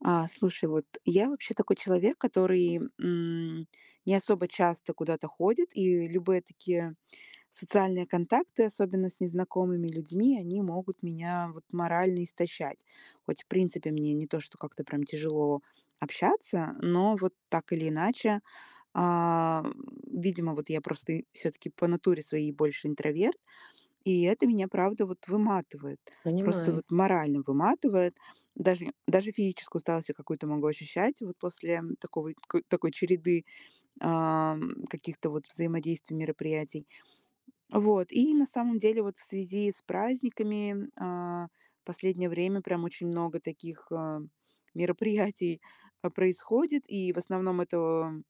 Слушай, вот я вообще такой человек, который не особо часто куда-то ходит, и любые такие социальные контакты, особенно с незнакомыми людьми, они могут меня вот морально истощать. Хоть, в принципе, мне не то, что как-то прям тяжело общаться, но вот так или иначе, а, видимо, вот я просто все-таки по натуре своей больше интроверт, и это меня, правда, вот выматывает. Просто Понимаю, вот морально выматывает. Даже физическую усталость я какую-то могу ощущать вот после такого, такой череды каких-то вот взаимодействий, мероприятий. Вот. И на самом деле вот в связи с праздниками последнее время прям очень много таких мероприятий происходит. И в основном это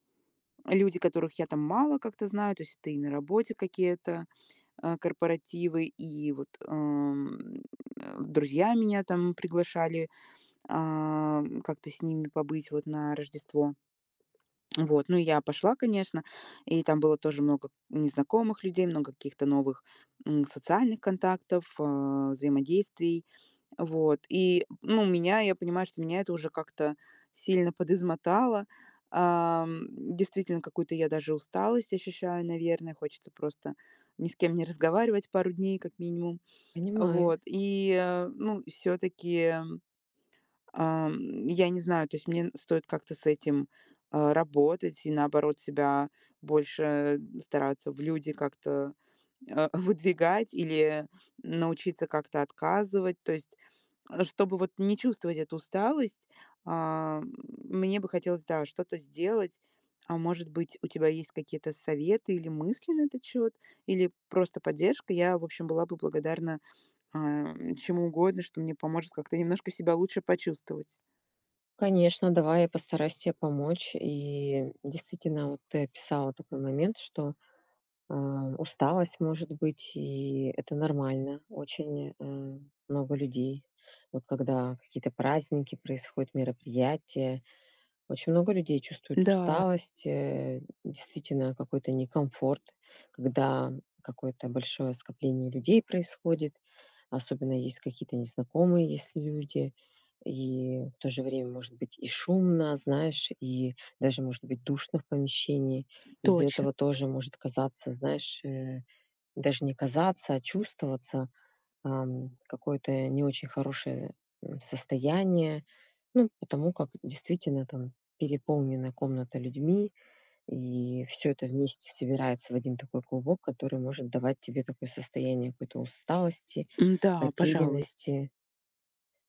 люди, которых я там мало как-то знаю. То есть это и на работе какие-то корпоративы, и вот, друзья меня там приглашали, как-то с ними побыть вот на Рождество. Вот, ну, и я пошла, конечно, и там было тоже много незнакомых людей, много каких-то новых, социальных контактов, взаимодействий. Вот. И, ну, меня, я понимаю, что меня это уже как-то сильно подизмотало. Действительно, какую-то я даже усталость ощущаю, наверное. Хочется просто ни с кем не разговаривать пару дней, как минимум. понимаю. Вот. И ну, все-таки, я не знаю, то есть мне стоит как-то с этим работать и, наоборот, себя больше стараться в люди как-то выдвигать или научиться как-то отказывать. То есть чтобы вот не чувствовать эту усталость, а, м, мне бы хотелось, да, что-то сделать. А может быть, у тебя есть какие-то советы или мысли на этот счет, или просто поддержка. Я, в общем, была бы благодарна, чему угодно, что мне поможет как-то немножко себя лучше почувствовать. Конечно, давай я постараюсь тебе помочь. И действительно, вот ты описала такой момент, что усталость может быть, и это нормально. Очень много людей. Вот когда какие-то праздники происходят, мероприятия, очень много людей чувствуют Да, усталость, действительно какой-то некомфорт, когда какое-то большое скопление людей происходит, особенно есть какие-то незнакомые есть люди, и в то же время может быть и шумно, знаешь, и даже может быть душно в помещении. Из-за точно. этого тоже может казаться, знаешь, даже не казаться, а чувствоваться, какое-то не очень хорошее, состояние. Ну, потому как действительно там переполнена комната людьми, и все это вместе собирается в один такой клубок, который может давать тебе такое состояние какой-то усталости, Да, пожалуй. потерянности.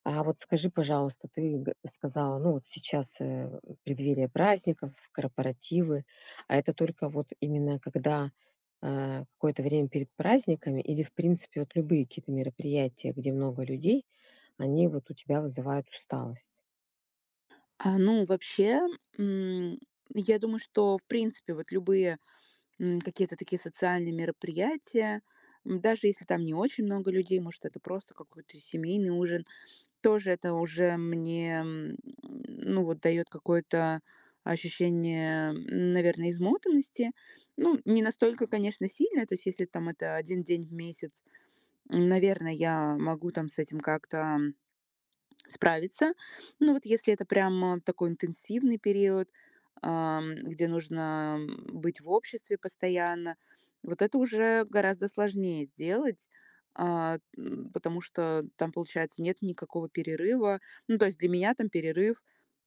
А вот скажи, пожалуйста, ты сказала, ну вот сейчас преддверие праздников, корпоративы, а это только вот именно когда какое-то время перед праздниками или, в принципе, вот любые какие-то мероприятия, где много людей, они вот у тебя вызывают усталость? Ну, вообще, м, я думаю, что, в принципе, вот любые какие-то такие социальные мероприятия. Даже если там не очень много людей, может, это просто какой-то семейный ужин. Тоже это уже мне, ну, вот дает какое-то ощущение, наверное, измотанности. Ну, не настолько, конечно, сильное. То есть если там это один день в месяц, наверное, я могу там с этим как-то справиться. Ну, вот если это прям такой интенсивный период, где нужно быть в обществе постоянно, вот это уже гораздо сложнее сделать, потому что там, получается, нет никакого перерыва. Ну, то есть для меня там перерыв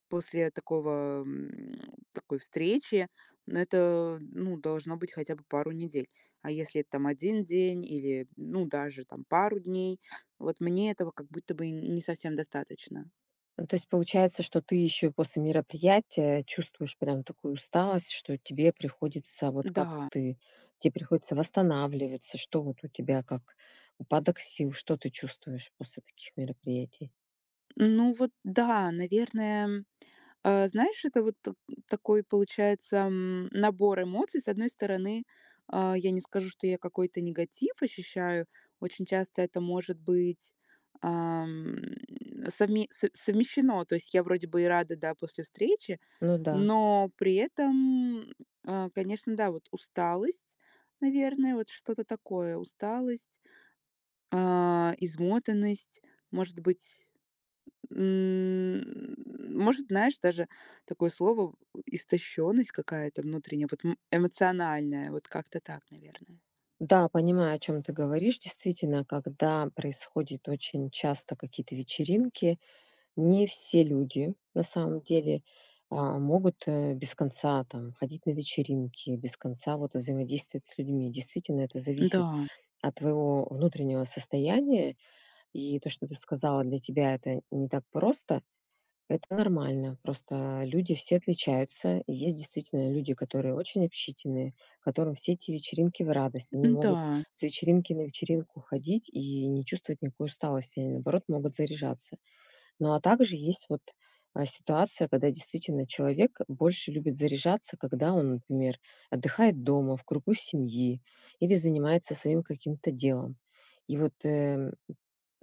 после такого, такой встречи, но это, ну, должно быть хотя бы пару недель. А если это там один день или, ну, даже там пару дней, вот мне этого как будто бы не совсем достаточно. Ну, то есть получается, что ты еще после мероприятия чувствуешь прям такую усталость, что тебе приходится, вот как Да, ты, тебе приходится восстанавливаться, что вот у тебя как упадок сил, что ты чувствуешь после таких мероприятий? ну вот да, наверное. Знаешь, это вот т такой получается, набор эмоций. С одной стороны, я не скажу, что я какой-то негатив ощущаю. Очень часто это может быть, ам, совме со совмещено. То есть я вроде бы и рада, да, после встречи, Ну да. но при этом, конечно, да, вот усталость, наверное, вот что-то такое. Усталость, измотанность, может быть М, может, знаешь, даже такое слово истощенность какая-то внутренняя, вот эмоциональная, вот как-то так, наверное. Да, понимаю, о чем ты говоришь. Действительно, когда происходит очень часто какие-то вечеринки, не все люди на самом деле могут без конца там ходить на вечеринки, без конца вот взаимодействовать с людьми. Действительно, это Да, зависит от твоего внутреннего состояния. И то, что ты сказала, для тебя это не так просто, это нормально. Просто люди все отличаются. И есть действительно люди, которые очень общительные, которым все эти вечеринки в радость. Они могут да, с вечеринки на вечеринку ходить и не чувствовать никакой усталости. Они, наоборот, могут заряжаться. Ну, а также есть вот, ситуация, когда действительно человек больше любит заряжаться, когда он, например, отдыхает дома, в кругу семьи или занимается своим каким-то делом. И вот, э,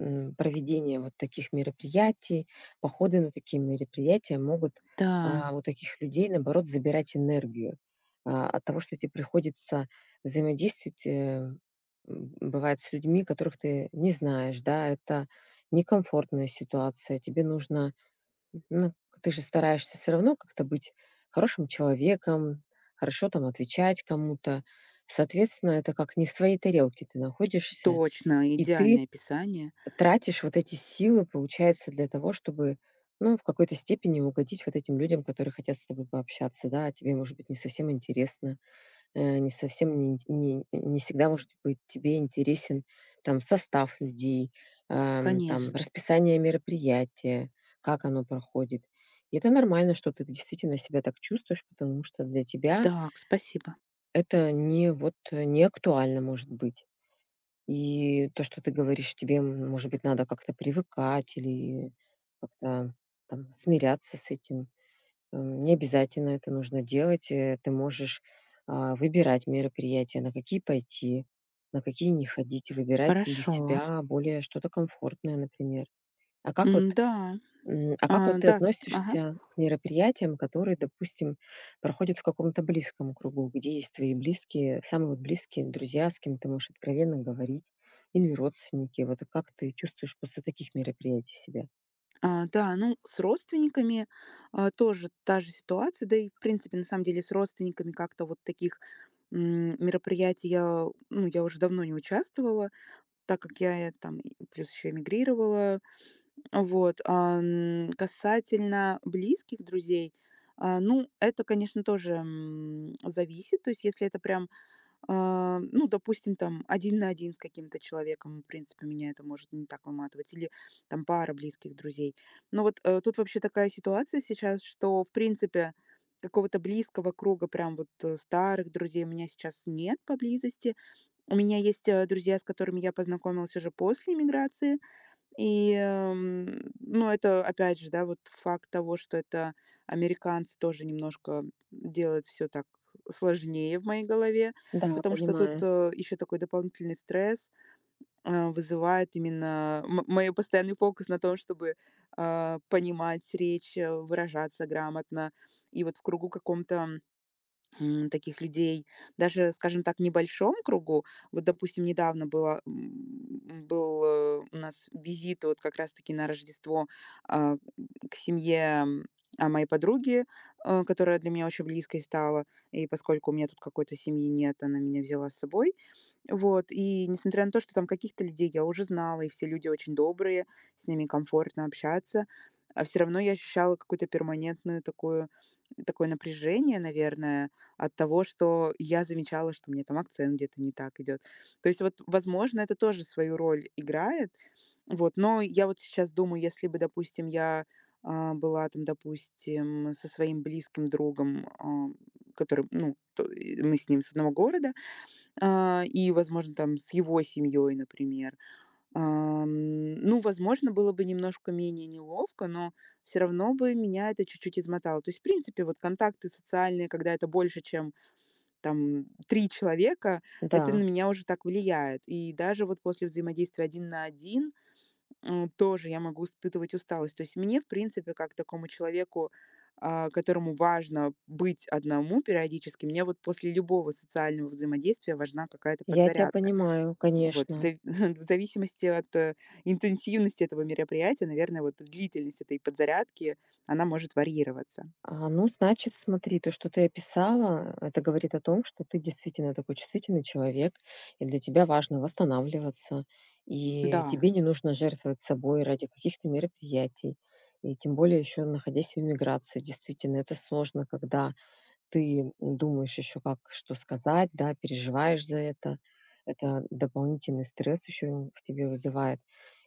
м, проведение вот таких мероприятий, походы на такие мероприятия могут да, у таких людей, наоборот, забирать энергию. От того, что тебе приходится взаимодействовать, бывает, с людьми, которых ты не знаешь, да, это некомфортная ситуация, тебе нужно, ну, ты же стараешься все равно как-то быть хорошим человеком, хорошо там отвечать кому-то. Соответственно, это как не в своей тарелке ты находишься, точно, и ты идеальное описание. тратишь вот эти силы, получается, для того, чтобы, ну, в какой-то степени угодить вот этим людям, которые хотят с тобой пообщаться, да, а тебе, может быть, не совсем интересно, не совсем не, ин- не, не всегда, может быть, тебе интересен там состав людей, там Конечно. расписание мероприятия, как оно проходит. И это нормально, что ты действительно себя так чувствуешь, потому что для тебя Так, спасибо. это не вот не актуально может быть. И то, что ты говоришь, тебе, может быть, надо как-то привыкать или как-то там смиряться с этим. Не обязательно это нужно делать. Ты можешь, выбирать мероприятия, на какие пойти, на какие не ходить, выбирать для Хорошо. себя более что-то комфортное, например. А как вот Да, а как вот ты да, ага. относишься к мероприятиям, которые, допустим, проходят в каком-то близком кругу, где есть твои близкие, самые вот близкие друзья, с кем ты можешь откровенно говорить, или родственники? Вот как ты чувствуешь после таких мероприятий себя? Да, ну, с родственниками тоже та же ситуация, да и, в принципе, на самом деле, с родственниками как-то вот таких мероприятий я, ну, я уже давно не участвовала, так как я, там и плюс еще эмигрировала. Вот, касательно близких друзей, ну, это, конечно, тоже, зависит. То есть если это прям, ну, допустим, там один на один с каким-то человеком, в принципе, меня это может не так выматывать, или там пара близких друзей. Но вот, тут вообще такая ситуация сейчас, что, в принципе, какого-то близкого круга, прям вот, старых друзей у меня сейчас нет поблизости. У меня есть, друзья, с которыми я познакомилась уже после иммиграции. И ну, это опять же, да, вот факт того, что это американцы, тоже немножко делает все так сложнее в моей голове, Да, потому что тут, понимаю. Еще такой дополнительный стресс, вызывает именно мой постоянный фокус на том, чтобы, понимать речь, выражаться грамотно. И вот в кругу каком-то таких людей даже, скажем так, небольшом кругу. Вот, допустим, недавно было, был у нас визит вот как раз-таки на Рождество а, к семье м, моей подруги, которая для меня очень близкой стала. И поскольку у меня тут какой-то семьи нет, она меня взяла с собой. Вот, и несмотря на то, что там каких-то людей я уже знала, и все люди очень добрые, с ними комфортно общаться, а все равно я ощущала какую-то перманентную такую такое напряжение, наверное, от того, что я замечала, что у меня там акцент где-то не так идет. То есть вот, возможно, это тоже свою роль играет. Вот, но я вот сейчас думаю, если бы, допустим, я, была там, допустим, со своим близким другом, который, ну, то и мы с ним с одного города, и, возможно, там с его семьей, например. Ну, возможно, было бы немножко менее неловко, но все равно бы меня это чуть-чуть измотало. То есть, в принципе, вот контакты социальные, когда это больше, чем там три человека, это на Да, меня уже так влияет. И даже вот после взаимодействия один на один тоже я могу испытывать усталость. То есть мне, в принципе, как такому человеку, которому важно быть одному периодически, мне вот после любого социального взаимодействия важна какая-то я тебя подзарядка. понимаю, Вот, в конечно. зави в зависимости от, интенсивности этого мероприятия, наверное, вот длительность этой подзарядки, она может варьироваться. Ну, значит, смотри, то, что ты описала, это говорит о том, что ты действительно такой чувствительный человек, и для тебя важно восстанавливаться, и Да. тебе не нужно жертвовать собой ради каких-то мероприятий. И тем более еще находясь в эмиграции, действительно, это сложно, когда ты думаешь еще как что сказать, да, переживаешь за это. Это дополнительный стресс еще в тебе вызывает.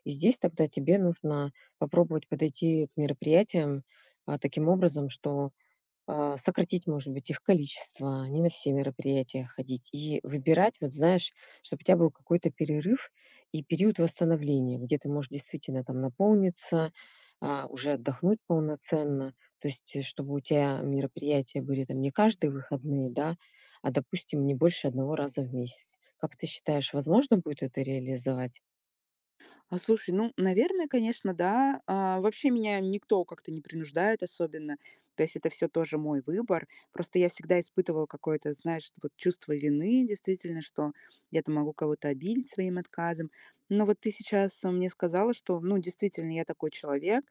И здесь тогда тебе нужно попробовать подойти к мероприятиям таким образом, что сократить, может быть, их количество, не на все мероприятия ходить и выбирать, вот знаешь, чтобы у тебя был какой-то перерыв и период восстановления, где ты можешь действительно там наполниться, уже отдохнуть полноценно. То есть, чтобы у тебя мероприятия были там не каждые выходные, да, допустим, не больше одного раза в месяц. Как ты считаешь, возможно будет это реализовать? Слушай, ну, наверное, конечно, да. Вообще меня никто как-то не принуждает особенно. То есть это все тоже мой выбор. Просто я всегда испытывала какое-то, знаешь, вот чувство вины, действительно, что я-то могу кого-то обидеть своим отказом. Но вот ты сейчас мне сказала, что, ну, действительно, я такой человек,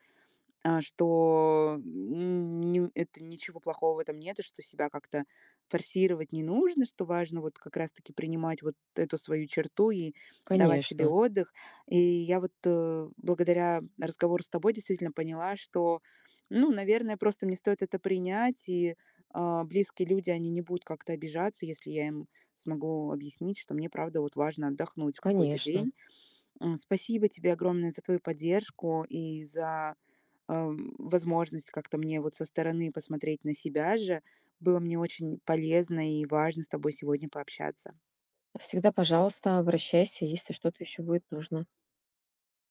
а, что, м, не это ничего плохого в этом нет, и что себя как-то форсировать не нужно, что важно вот как раз-таки принимать вот эту свою черту и давать себе Конечно, отдых. И я вот, благодаря разговору с тобой действительно поняла, что, ну, наверное, просто мне стоит это принять, и, близкие люди, они не будут как-то обижаться, если я им смогу объяснить, что мне правда вот важно отдохнуть в какой-то конечно. день. Спасибо тебе огромное за твою поддержку и за возможность как-то мне вот со стороны посмотреть на себя же. Было мне очень полезно и важно с тобой сегодня пообщаться. Всегда, пожалуйста, обращайся, если что-то еще будет нужно.